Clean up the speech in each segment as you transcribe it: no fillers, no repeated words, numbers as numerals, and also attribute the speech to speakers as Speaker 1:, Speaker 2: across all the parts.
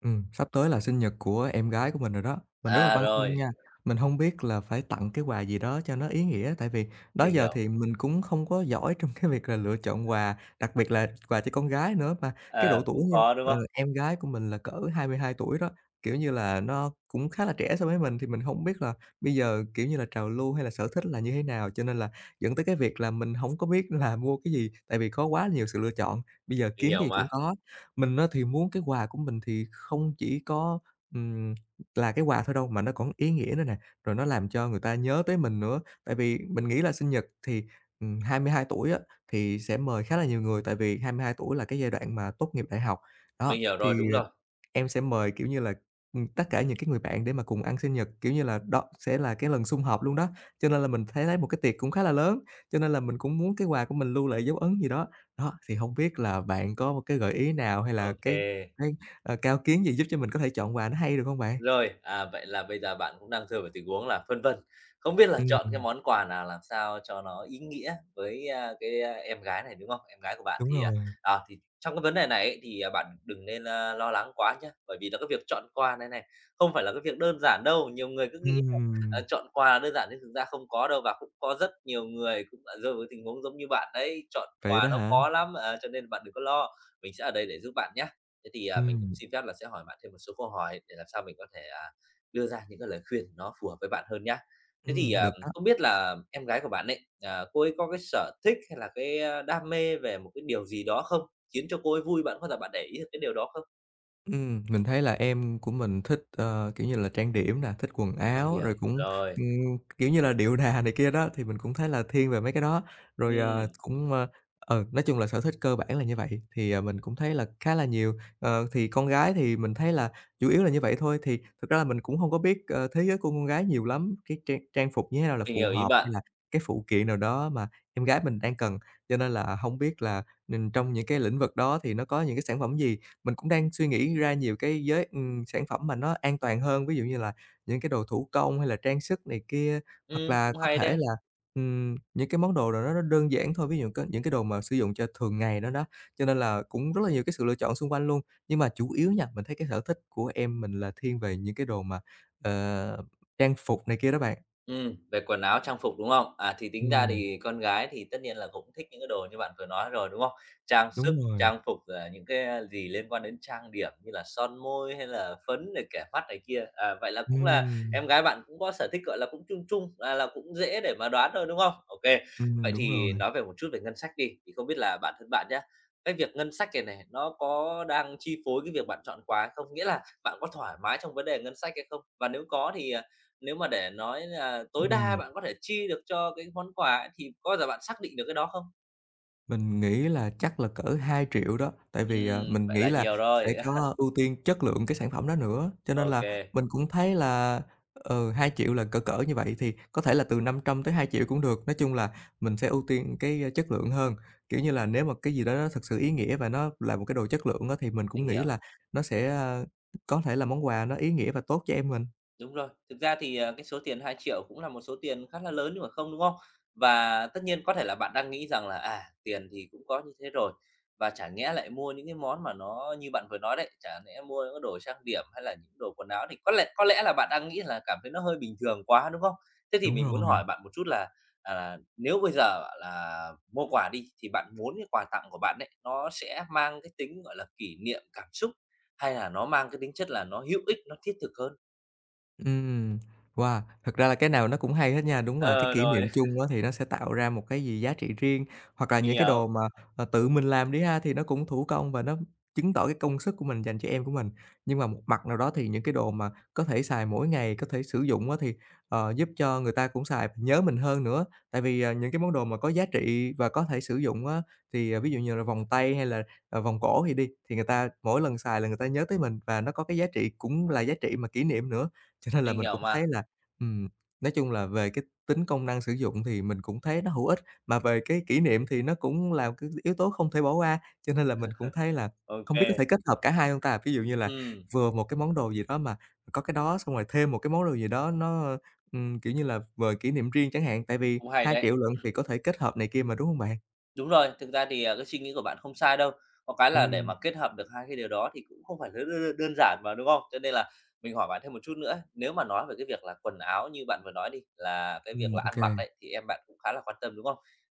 Speaker 1: Sắp tới là sinh nhật của em gái của mình rồi đó, mình rất là
Speaker 2: À,
Speaker 1: băn khoăn
Speaker 2: rồi,
Speaker 1: nha. Mình hông biết là phải tặng cái quà gì đó cho nó ý nghĩa, tại vì đó
Speaker 2: mình
Speaker 1: giờ
Speaker 2: hiểu.
Speaker 1: thì mình cũng không có giỏi trong cái việc là lựa chọn quà, đặc biệt là quà cho con gái nữa. Mà cái
Speaker 2: À,
Speaker 1: độ tuổi
Speaker 2: cũng
Speaker 1: như,
Speaker 2: khó, đúng không?
Speaker 1: em gái của mình là cỡ 22 tuổi đó, kiểu như là, nó cũng khá là trẻ so với mình, thì mình hông biết là bây giờ, kiểu như là, trào lưu hay là sở thích là như thế nào, cho nên là dẫn tới cái việc là mình hổng có biết là mua cái gì, tại vì có quá nhiều sự lựa chọn, bây giờ
Speaker 2: Mình
Speaker 1: kiếm cái
Speaker 2: hiểu
Speaker 1: gì cũng
Speaker 2: mà,
Speaker 1: có. Mình á thì muốn cái quà của mình thì không chỉ có, ừm, là cái quà thôi đâu, mà nó còn ý nghĩa nữa nè, rồi nó làm cho người ta nhớ tới mình nữa. Tại vì mình nghĩ là sinh nhật thì, 22 tuổi á, thì sẽ mời khá là nhiều người, tại vì 22 tuổi là cái giai đoạn mà tốt nghiệp đại học. Đó,
Speaker 2: mình hiểu
Speaker 1: thì
Speaker 2: rồi, đúng rồi.
Speaker 1: em sẽ mời, kiểu như là, tất cả những cái người bạn để mà cùng ăn sinh nhật, kiểu như là, đó sẽ là cái lần sum họp luôn đó. Cho nên là mình thấy thấy một cái tiệc cũng khá là lớn, cho nên là mình cũng muốn cái quà của mình lưu lại dấu ấn gì đó. Đó, thì hông biết là bạn có một cái gợi ý nào hay là
Speaker 2: Ok.
Speaker 1: cái cao kiến gì giúp cho mình có thể chọn quà nó hay được hông bạn?
Speaker 2: Rồi, vậy là bây giờ bạn cũng đang rơi vào tình huống là phân vân, không biết là chọn cái
Speaker 1: Ừm,
Speaker 2: món quà nào làm sao cho nó ý nghĩa với, cái, em gái này, đúng không? Em gái của bạn
Speaker 1: đúng
Speaker 2: thì,
Speaker 1: rồi.
Speaker 2: thì trong cái vấn đề này ấy thì, bạn đừng nên, lo lắng quá nhé, bởi vì là cái việc chọn quà này này, không phải là cái việc đơn giản đâu. Nhiều người cứ nghĩ là,
Speaker 1: Ừm,
Speaker 2: chọn quà là đơn giản nhưng thực ra không có đâu và cũng có rất nhiều người cũng đã rơi vào cái tình huống giống như bạn đấy, chọn
Speaker 1: Vậy đó
Speaker 2: quà nó
Speaker 1: hả?
Speaker 2: khó lắm, cho nên bạn đừng có lo, mình sẽ ở đây để giúp bạn nhé. Thế thì, mình cũng
Speaker 1: Ừm,
Speaker 2: xin phép là sẽ hỏi bạn thêm một số câu hỏi để làm sao mình có thể, đưa ra những cái lời khuyên nó phù hợp với bạn hơn nhá. Thế thì,
Speaker 1: được đó.
Speaker 2: không biết là em gái của bạn ấy, cô ấy có cái sở thích hay là cái, đam mê về một cái điều gì đó không? Khiến cho cô ấy vui, bạn có bao bạn để ý được cái điều đó không?
Speaker 1: Mình thấy là em của mình thích, kiểu như là, trang điểm nè, thích quần
Speaker 2: Trang
Speaker 1: áo,
Speaker 2: điểm,
Speaker 1: rồi cũng,
Speaker 2: rồi,
Speaker 1: kiểu như là, điệu đà này kia đó, thì mình cũng thấy là thiên về mấy cái đó. Rồi,
Speaker 2: ừm,
Speaker 1: cũng, nói chung là sở thích cơ bản là như vậy, thì, mình cũng thấy là khá là nhiều. Ờ, thì con gái thì mình thấy là chủ yếu là như vậy thôi, thì thực ra là mình cũng hông có biết, thế giới của con gái nhiều lắm, cái trang trang phục như thế nào là
Speaker 2: mình
Speaker 1: phù
Speaker 2: hiểu ý
Speaker 1: hợp, hay
Speaker 2: bạn.
Speaker 1: là cái phụ kiện nào đó mà em gái mình đang cần. Cho nên là hông biết là, trong những cái lĩnh vực đó thì nó có những cái sản phẩm gì? Mình cũng đang suy nghĩ ra nhiều cái giới sản phẩm mà nó an toàn hơn, ví dụ như là những cái đồ thủ công hay là trang sức này kia, hoặc là
Speaker 2: Cũng
Speaker 1: có
Speaker 2: hay
Speaker 1: thể
Speaker 2: đấy.
Speaker 1: là, những cái món đồ nào đó nó đơn giản thôi, ví dụ có những cái đồ mà sử dụng cho thường ngày đó đó. Cho nên là cũng rất là nhiều cái sự lựa chọn xung quanh luôn. Nhưng mà chủ yếu nha, mình thấy cái sở thích của em mình là thiên về những cái đồ mà, ờ, trang phục này kia đó bạn.
Speaker 2: Về quần áo trang phục, đúng không? À, thì tính ra
Speaker 1: Ừm,
Speaker 2: thì con gái thì tất nhiên là cũng thích những cái đồ như bạn vừa nói rồi, đúng không? Trang
Speaker 1: đúng
Speaker 2: sức,
Speaker 1: rồi.
Speaker 2: trang phục, rồi là những cái, gì liên quan đến trang điểm như là son môi hay là phấn rồi kẻ mắt này kia. À, vậy là cũng là
Speaker 1: Ừm,
Speaker 2: em gái bạn cũng có sở thích, gọi là, cũng chung chung, là cũng dễ để mà đoán thôi, đúng không? OK. Vậy
Speaker 1: đúng rồi.
Speaker 2: thì nói về một chút về ngân sách đi, thì không biết là bản thân bạn nhé, cái việc ngân sách này này, nó có đang chi phối cái việc bạn chọn quà hay không? Nghĩa là bạn có thoải mái trong vấn đề ngân sách hay không? Và nếu có thì, nếu mà để nói là tối đa
Speaker 1: Ừm.
Speaker 2: bạn có thể chi được cho cái món quà ấy, thì có bao giờ bạn xác định được cái đó không?
Speaker 1: Mình nghĩ là chắc là cỡ 2 triệu đó, tại
Speaker 2: Ừ,
Speaker 1: vì, mình
Speaker 2: vậy
Speaker 1: nghĩ
Speaker 2: là
Speaker 1: là
Speaker 2: nhiều
Speaker 1: sẽ
Speaker 2: rồi.
Speaker 1: có ưu tiên chất lượng cái sản phẩm đó nữa, cho nên
Speaker 2: OK,
Speaker 1: là
Speaker 2: kê,
Speaker 1: mình cũng thấy là, 2.000 là cỡ cỡ như vậy, thì có thể là từ 500 tới 2 triệu cũng được. Nói chung là mình sẽ ưu tiên cái, chất lượng hơn, kiểu như là, nếu mà cái gì đó nó thực sự ý nghĩa và nó là một cái đồ chất lượng á, thì mình cũng
Speaker 2: mình
Speaker 1: nghĩ
Speaker 2: hiểu.
Speaker 1: là nó sẽ, có thể là món quà nó ý nghĩa và tốt cho em mình.
Speaker 2: Đúng rồi, thực ra thì, cái số tiền 2.000.000 cũng là một số tiền khá là lớn nhưng mà không, đúng không? Và tất nhiên có thể là bạn đang nghĩ rằng là, tiền thì cũng có như thế rồi, và chả nhẽ lại mua những cái món mà nó như bạn vừa nói đấy, chả nhẽ mua những cái đồ trang điểm hay là những đồ quần áo thì có lẽ là bạn đang nghĩ là cảm thấy nó hơi bình thường quá, đúng không? Thế thì
Speaker 1: Đúng
Speaker 2: mình muốn
Speaker 1: rồi.
Speaker 2: hỏi bạn một chút là, nếu bây giờ bảo là mua quà đi, thì bạn muốn cái quà tặng của bạn ấy, nó sẽ mang cái tính, gọi là, kỷ niệm cảm xúc hay là nó mang cái tính chất là nó hữu ích, nó thiết thực hơn?
Speaker 1: Ừm, wow, thật ra là cái nào nó cũng hay hết nha. Đúng là cái
Speaker 2: Ờ,
Speaker 1: kỷ niệm
Speaker 2: rồi,
Speaker 1: chung á thì nó sẽ tạo ra một cái gì giá trị riêng, hoặc là
Speaker 2: mình
Speaker 1: những cái
Speaker 2: hiểu,
Speaker 1: đồ mà, tự mình làm đi ha, thì nó cũng thủ công và nó chứng tỏ cái công sức của mình dành cho em của mình. Nhưng mà một mặt nào đó thì những cái đồ mà có thể xài mỗi ngày, có thể sử dụng á thì, giúp cho người ta cũng xài nhớ mình hơn nữa. Tại vì, những cái món đồ mà có giá trị và có thể sử dụng á, thì, ví dụ như là vòng tay hay là, vòng cổ thì đi, thì người ta mỗi lần xài là người ta nhớ tới mình và nó có cái giá trị cũng là giá trị mà kỷ niệm nữa. Cho nên là
Speaker 2: mình
Speaker 1: mình
Speaker 2: hiểu
Speaker 1: cũng
Speaker 2: mà.
Speaker 1: thấy là, ừm, nói chung là về cái tính công năng sử dụng thì mình cũng thấy nó hữu ích, mà về cái kỷ niệm thì nó cũng là cái yếu tố không thể bỏ qua. Cho nên là mình cũng thấy là
Speaker 2: OK
Speaker 1: không biết
Speaker 2: kê,
Speaker 1: có thể kết hợp cả hai hông ta? Ví dụ như là vừa một cái món đồ gì đó mà có cái đó, xong rồi thêm một cái món đồ gì đó nó, kiểu như là, về kỷ niệm riêng chẳng hạn, tại vì
Speaker 2: cũng hay
Speaker 1: 2
Speaker 2: đấy.
Speaker 1: triệu lận thì có thể kết hợp này kia mà, đúng không bạn?
Speaker 2: Đúng rồi, thực ra thì, cái suy nghĩ của bạn không sai đâu. Có cái là để
Speaker 1: Ừm,
Speaker 2: mà kết hợp được hai cái điều đó thì cũng không phải đơn đơn đơn giản mà, đúng không? Cho nên là mình hỏi bạn thêm một chút nữa, nếu mà nói về cái việc là quần áo như bạn vừa nói đi, là cái việc là
Speaker 1: ô.
Speaker 2: ăn mặc đấy, thì em bạn cũng khá là quan tâm, đúng không?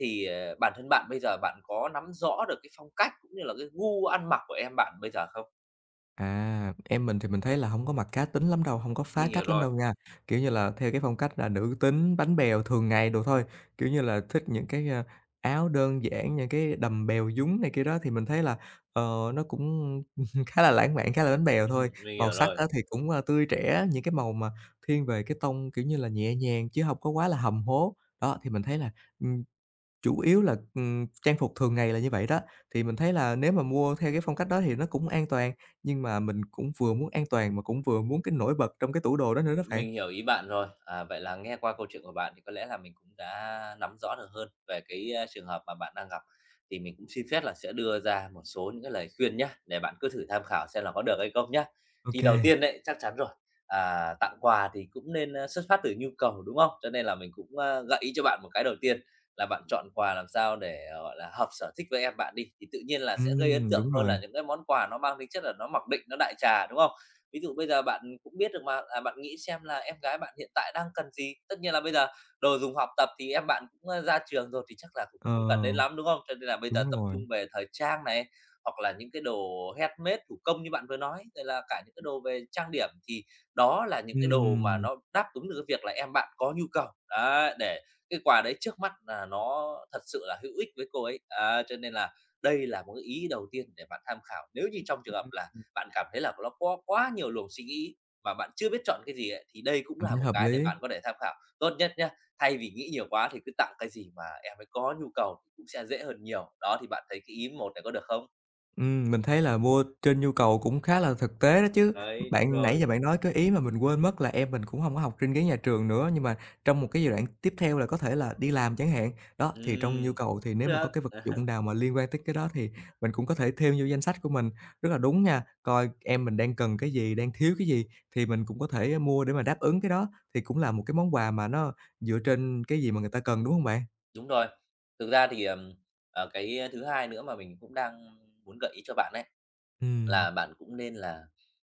Speaker 2: Thì, bản thân bạn bây giờ bạn có nắm rõ được cái phong cách cũng như là cái gu ăn mặc của em bạn bây giờ không?
Speaker 1: À, em mình thì mình thấy là không có mặt cá tính lắm đâu, không có phá
Speaker 2: Mình hiểu
Speaker 1: cách lắm
Speaker 2: rồi,
Speaker 1: đâu nha, kiểu như là, theo cái phong cách là nữ tính, bánh bèo thường ngày đồ thôi, kiểu như là, thích những cái, áo đơn giản, những cái đầm bèo nhúng này kia đó thì mình thấy là, ờ, nó cũng khá là lãng mạn, khá là bánh bèo thôi.
Speaker 2: mình
Speaker 1: Màu
Speaker 2: hiểu
Speaker 1: sắc
Speaker 2: rồi.
Speaker 1: á thì cũng, tươi trẻ, những cái màu mà thiên về cái tông, kiểu như là, nhẹ nhàng chứ không có quá là hầm hố. Đó, thì mình thấy là, ừm, chủ yếu là, trang phục thường ngày là như vậy đó, thì mình thấy là nếu mà mua theo cái phong cách đó thì nó cũng an toàn, nhưng mà mình cũng vừa muốn an toàn mà cũng vừa muốn cái nổi bật trong cái tủ đồ đó nữa đó bạn.
Speaker 2: Mình hiểu ý bạn rồi. À, vậy là nghe qua câu chuyện của bạn thì có lẽ là mình cũng đã nắm rõ được hơn về cái, trường hợp mà bạn đang gặp, thì mình cũng xin phép là sẽ đưa ra một số những cái lời khuyên nhé, để bạn cứ thử tham khảo xem là có được hay không nhé.
Speaker 1: Ô
Speaker 2: Thì
Speaker 1: kê,
Speaker 2: đầu tiên đấy, chắc chắn rồi, tặng quà thì cũng nên, xuất phát từ nhu cầu, đúng không? Cho nên là mình cũng, gợi ý cho bạn một cái đầu tiên là bạn chọn quà làm sao để, gọi là, hợp sở thích với em bạn đi, thì tự nhiên là sẽ gây ấn tượng
Speaker 1: đúng
Speaker 2: hơn
Speaker 1: rồi,
Speaker 2: là những cái món quà nó mang tính chất là nó mặc định, nó đại trà, đúng không? Ví dụ bây giờ bạn cũng biết được mà, bạn nghĩ xem là em gái bạn hiện tại đang cần gì. Tất nhiên là bây giờ đồ dùng học tập thì em bạn cũng, ra trường rồi thì chắc là cũng
Speaker 1: ờ,
Speaker 2: không cần đến lắm, đúng không? Cho nên là bây giờ
Speaker 1: đúng
Speaker 2: tập
Speaker 1: rồi,
Speaker 2: trung về thời trang này, hoặc là những cái đồ handmade thủ công như bạn vừa nói, rồi là cả những cái đồ về trang điểm thì đó là những cái đồ mà
Speaker 1: ừm,
Speaker 2: nó đáp ứng được cái việc là em bạn có nhu cầu. Đấy, để cái quà đấy trước mắt là nó thật sự là hữu ích với cô ấy. Á, cho nên là đây là một cái ý đầu tiên để bạn tham khảo nếu như trong trường hợp là bạn cảm thấy là nó có quá nhiều luồng suy nghĩ mà bạn chưa biết chọn cái gì ấy, thì đây cũng
Speaker 1: mình
Speaker 2: là
Speaker 1: thấy
Speaker 2: một
Speaker 1: hợp
Speaker 2: cái để
Speaker 1: lý.
Speaker 2: bạn có thể tham khảo. Tốt nhất nhá, thay vì nghĩ nhiều quá thì cứ tặng cái gì mà em ấy có nhu cầu thì cũng sẽ dễ hơn nhiều. Đó, thì bạn thấy cái ý một này có được không?
Speaker 1: Mình thấy là mua trên nhu cầu cũng khá là thực tế đó chứ.
Speaker 2: Đấy, đúng
Speaker 1: Bạn nãy giờ
Speaker 2: rồi.
Speaker 1: bạn nói cái ý mà mình quên mất là em mình cũng hông có học trên ghế nhà trường nữa, nhưng mà trong một cái giai đoạn tiếp theo là có thể là đi làm chẳng hạn. Đó, thì trong nhu
Speaker 2: Ừm,
Speaker 1: cầu thì
Speaker 2: cũng
Speaker 1: nếu mà có
Speaker 2: được.
Speaker 1: cái vật
Speaker 2: À,
Speaker 1: dụng nào mà liên quan tới cái đó thì mình cũng có thể thêm vô danh sách của mình. Rất là đúng nha, coi em mình đang cần cái gì, đang thiếu cái gì thì mình cũng có thể mua để mà đáp ứng cái đó, thì cũng là một cái món quà mà nó dựa trên cái gì mà người ta cần, đúng hông bạn?
Speaker 2: đúng rồi. Thực ra thì, cái thứ hai nữa mà mình cũng đang muốn gợi ý cho bạn ấy
Speaker 1: Ừm,
Speaker 2: là bạn cũng nên là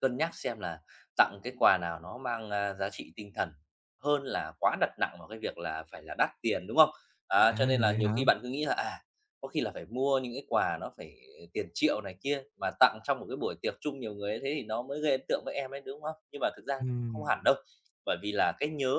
Speaker 2: cân nhắc xem là tặng cái quà nào nó mang, giá trị tinh thần hơn là quá đặt nặng vào cái việc là phải là đắt tiền, đúng không? Á, cho nên là
Speaker 1: vậy
Speaker 2: nhiều
Speaker 1: hả?
Speaker 2: khi bạn cứ nghĩ là, có khi là phải mua những cái quà nó phải tiền triệu này kia, mà tặng trong một cái buổi tiệc chung nhiều người ấy, thế thì nó mới gây ấn tượng với em ấy, đúng không? Nhưng mà thực ra cũng không hẳn
Speaker 1: Ừm,
Speaker 2: đâu, bởi vì là cái nhớ,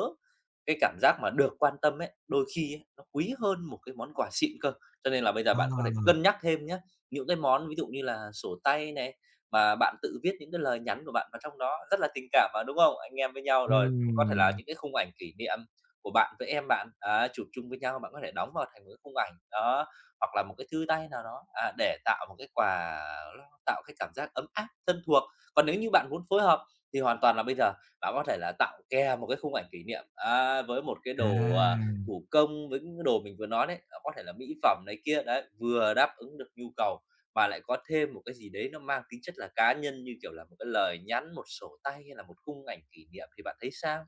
Speaker 2: cái cảm giác mà được quan tâm ấy, đôi khi ấy, nó quý hơn một cái món quà xịn cơ. Cho nên là bây giờ bạn có thể
Speaker 1: wow!
Speaker 2: cân nhắc thêm nhé những cái món ví dụ như là sổ tay này, mà bạn tự viết những cái lời nhắn của bạn vào trong đó rất là tình cảm mà, đúng không? Anh em với nhau rồi có thể là
Speaker 1: Ừm.
Speaker 2: những cái khung ảnh kỷ niệm của bạn với em bạn, á, chụp chung với nhau, bạn có thể đóng vào thành một cái khung ảnh, đó, hoặc là một cái thư tay nào đó, để tạo một cái quà tạo cái cảm giác ấm áp, thân thuộc. Còn nếu như bạn muốn phối hợp thì hoàn toàn là bây giờ bạn có thể là tạo kèm một cái khung ảnh kỷ niệm, á, với một cái đồ,
Speaker 1: À,
Speaker 2: thủ công, với những cái đồ mình vừa nói đấy, có thể là mỹ phẩm này kia, đấy, vừa đáp ứng được nhu cầu mà lại có thêm một cái gì đấy nó mang tính chất là cá nhân, như kiểu là một cái lời nhắn, một sổ tay hay là một khung ảnh kỷ niệm thì bạn thấy sao?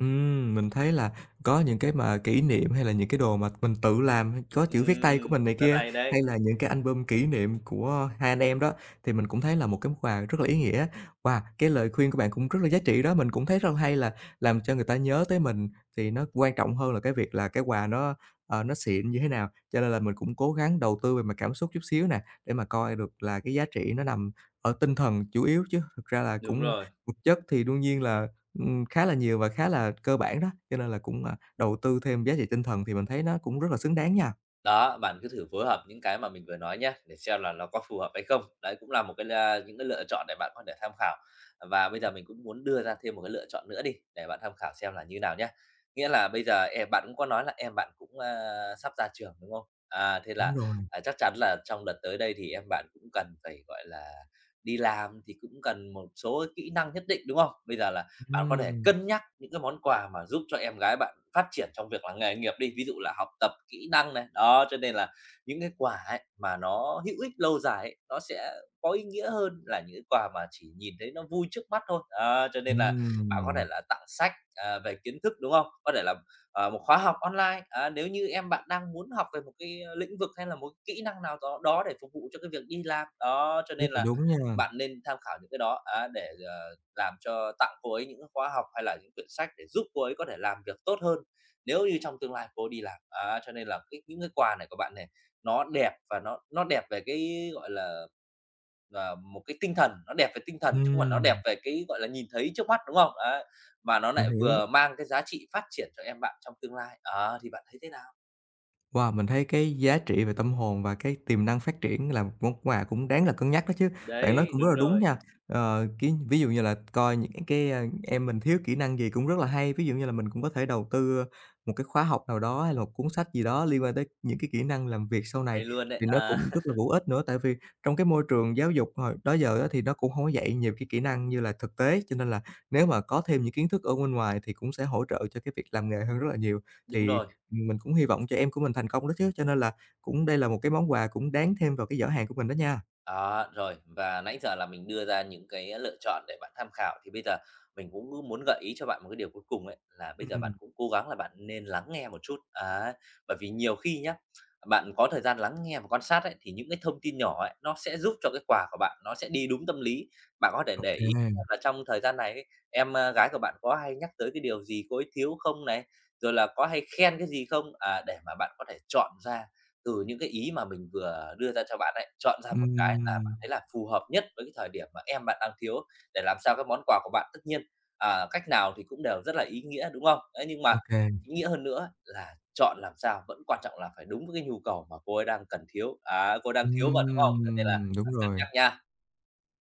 Speaker 1: mình thấy là có những cái mà kỷ niệm hay là những cái đồ mà mình tự làm, có chữ viết tay của mình này
Speaker 2: Rất
Speaker 1: kia,
Speaker 2: hay đấy,
Speaker 1: hay là những cái album kỷ niệm của hai anh em đó, thì mình cũng thấy là một cái món quà rất là ý nghĩa. Wow, cái lời khuyên của bạn cũng rất là giá trị đó, mình cũng thấy rất là hay là làm cho người ta nhớ tới mình thì nó quan trọng hơn là cái việc là cái quà nó, nó xịn như thế nào. Cho nên là mình cũng cố gắng đầu tư về mặt cảm xúc chút xíu nè, để mà coi được là cái giá trị nó nằm ở tinh thần chủ yếu chứ thực ra là
Speaker 2: đúng
Speaker 1: cũng
Speaker 2: rồi.
Speaker 1: vật chất thì đương nhiên là khá là nhiều và khá là cơ bản đó, cho nên là cũng, đầu tư thêm giá trị tinh thần thì mình thấy nó cũng rất là xứng đáng nha.
Speaker 2: Đó, bạn cứ thử phối hợp những cái mà mình vừa nói nhé để xem là nó có phù hợp hay không. Đấy cũng là một cái những cái lựa chọn để bạn có thể tham khảo. Và bây giờ mình cũng muốn đưa ra thêm một cái lựa chọn nữa đi, để bạn tham khảo xem là như nào nhé. Nghĩa là bây giờ em bạn cũng có nói là em bạn cũng, sắp ra trường, đúng không? À, thế
Speaker 1: Đúng
Speaker 2: là,
Speaker 1: rồi.
Speaker 2: chắc chắn là trong đợt tới đây thì em bạn cũng cần phải, gọi là, đi làm thì cũng cần một số kỹ năng nhất định, đúng không? Bây giờ là bạn có thể
Speaker 1: Ừm,
Speaker 2: cân nhắc những cái món quà mà giúp cho em gái bạn phát triển trong việc là nghề nghiệp đi, ví dụ là học tập, kỹ năng này. Đó, cho nên là những cái quà ấy mà nó hữu ích lâu dài ấy, nó sẽ có ý nghĩa hơn là những cái quà mà chỉ nhìn thấy nó vui trước mắt thôi. Đó, cho nên là bạn có
Speaker 1: ừm,
Speaker 2: thể là tặng sách, về kiến thức, đúng không? Có thể là, một khóa học online, nếu như em bạn đang muốn học về một cái lĩnh vực hay là một cái kỹ năng nào đó đó để phục vụ cho cái việc đi làm. Đó, cho
Speaker 1: rất
Speaker 2: nên
Speaker 1: là
Speaker 2: là
Speaker 1: đúng nha.
Speaker 2: bạn nên tham khảo những cái đó, á, để, làm cho tặng cô ấy những khóa học hay là những quyển sách để giúp cô ấy có thể làm việc tốt hơn nếu như trong tương lai cô đi làm. Á, cho nên là cái những cái quà này của bạn này nó đẹp và nó đẹp về cái, gọi là, một cái tinh thần, nó đẹp về tinh thần chứ không phải nó đẹp
Speaker 1: Ừm,
Speaker 2: về cái, gọi là, nhìn thấy trước mắt, đúng không? Đấy, mà nó
Speaker 1: mình
Speaker 2: lại
Speaker 1: hiểu.
Speaker 2: vừa mang cái giá trị phát triển cho em bạn trong tương lai. Ờ, thì bạn thấy thế nào?
Speaker 1: Wow, mình thấy cái giá trị về tâm hồn và cái tiềm năng phát triển là một món quà cũng đáng là cân nhắc đó chứ. Bạn nói
Speaker 2: Đấy,
Speaker 1: cũng rất
Speaker 2: đúng
Speaker 1: là đúng
Speaker 2: rồi.
Speaker 1: nha. Cái ví dụ như là coi những cái, em mình thiếu kỹ năng gì cũng rất là hay, ví dụ như là mình cũng có thể đầu tư một cái khóa học nào đó hay là một cuốn sách gì đó liên quan tới những cái kỹ năng làm việc sau này,
Speaker 2: Hay luôn đấy,
Speaker 1: thì nó cũng rất là hữu ích nữa. Tại vì trong cái môi trường giáo dục hồi đó giờ á thì nó cũng không có dạy nhiều cái kỹ năng như là thực tế, cho nên là nếu mà có thêm những kiến thức ở bên ngoài thì cũng sẽ hỗ trợ cho cái việc làm nghề hơn rất là nhiều.
Speaker 2: đúng
Speaker 1: Thì
Speaker 2: rồi.
Speaker 1: mình cũng hy vọng cho em của mình thành công đó chứ, cho nên là cũng đây là một cái món quà cũng đáng thêm vào cái giỏ hàng của mình đó nha.
Speaker 2: Đó, rồi và nãy giờ là mình đưa ra những cái lựa chọn để bạn tham khảo, thì bây giờ mình cũng cứ muốn gợi ý cho bạn một cái điều cuối cùng ấy, là bây giờ bạn
Speaker 1: Ừm,
Speaker 2: cũng cố gắng là bạn nên lắng nghe một chút. Ấy, bởi vì nhiều khi nhá, bạn có thời gian lắng nghe và quan sát ấy, thì những cái thông tin nhỏ ấy, nó sẽ giúp cho cái quà của bạn nó sẽ đi đúng tâm lý. Bạn có thể
Speaker 1: ô
Speaker 2: để
Speaker 1: kê,
Speaker 2: ý xem là trong thời gian này ấy, em, gái của bạn có hay nhắc tới cái điều gì cô ấy thiếu không này, rồi là có hay khen cái gì không? À, để mà bạn có thể chọn ra từ những cái ý mà mình vừa đưa ra cho bạn ấy, chọn ra một cái là
Speaker 1: ừm,
Speaker 2: bạn thấy là phù hợp nhất với cái thời điểm mà em bạn đang thiếu, để làm sao cái món quà của bạn tất nhiên, cách nào thì cũng đều rất là ý nghĩa, đúng không? Đấy, nhưng mà
Speaker 1: ô kê,
Speaker 2: ý nghĩa hơn nữa là chọn làm sao vẫn quan trọng là phải đúng với cái nhu cầu mà cô ấy đang cần thiếu, cô ấy đang thiếu mà, đúng không? Cho nên là
Speaker 1: đúng
Speaker 2: bạn cân
Speaker 1: rồi.
Speaker 2: nhắc nha.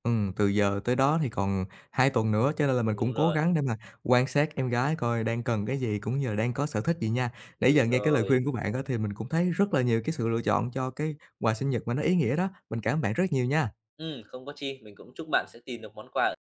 Speaker 1: Từ giờ tới đó thì còn 2 tuần nữa, cho nên là mình cũng
Speaker 2: Đúng
Speaker 1: cố
Speaker 2: rồi,
Speaker 1: gắng để mà quan sát em gái coi đang cần cái gì, cũng như là đang có sở thích gì nha. Nãy giờ
Speaker 2: đúng
Speaker 1: nghe cái lời
Speaker 2: rồi.
Speaker 1: khuyên của bạn á, thì mình cũng thấy rất là nhiều cái sự lựa chọn cho cái quà sinh nhật mà nó ý nghĩa đó. Mình cảm ơn bạn rất nhiều nha.
Speaker 2: Không có chi, mình cũng chúc bạn sẽ tìm được món quà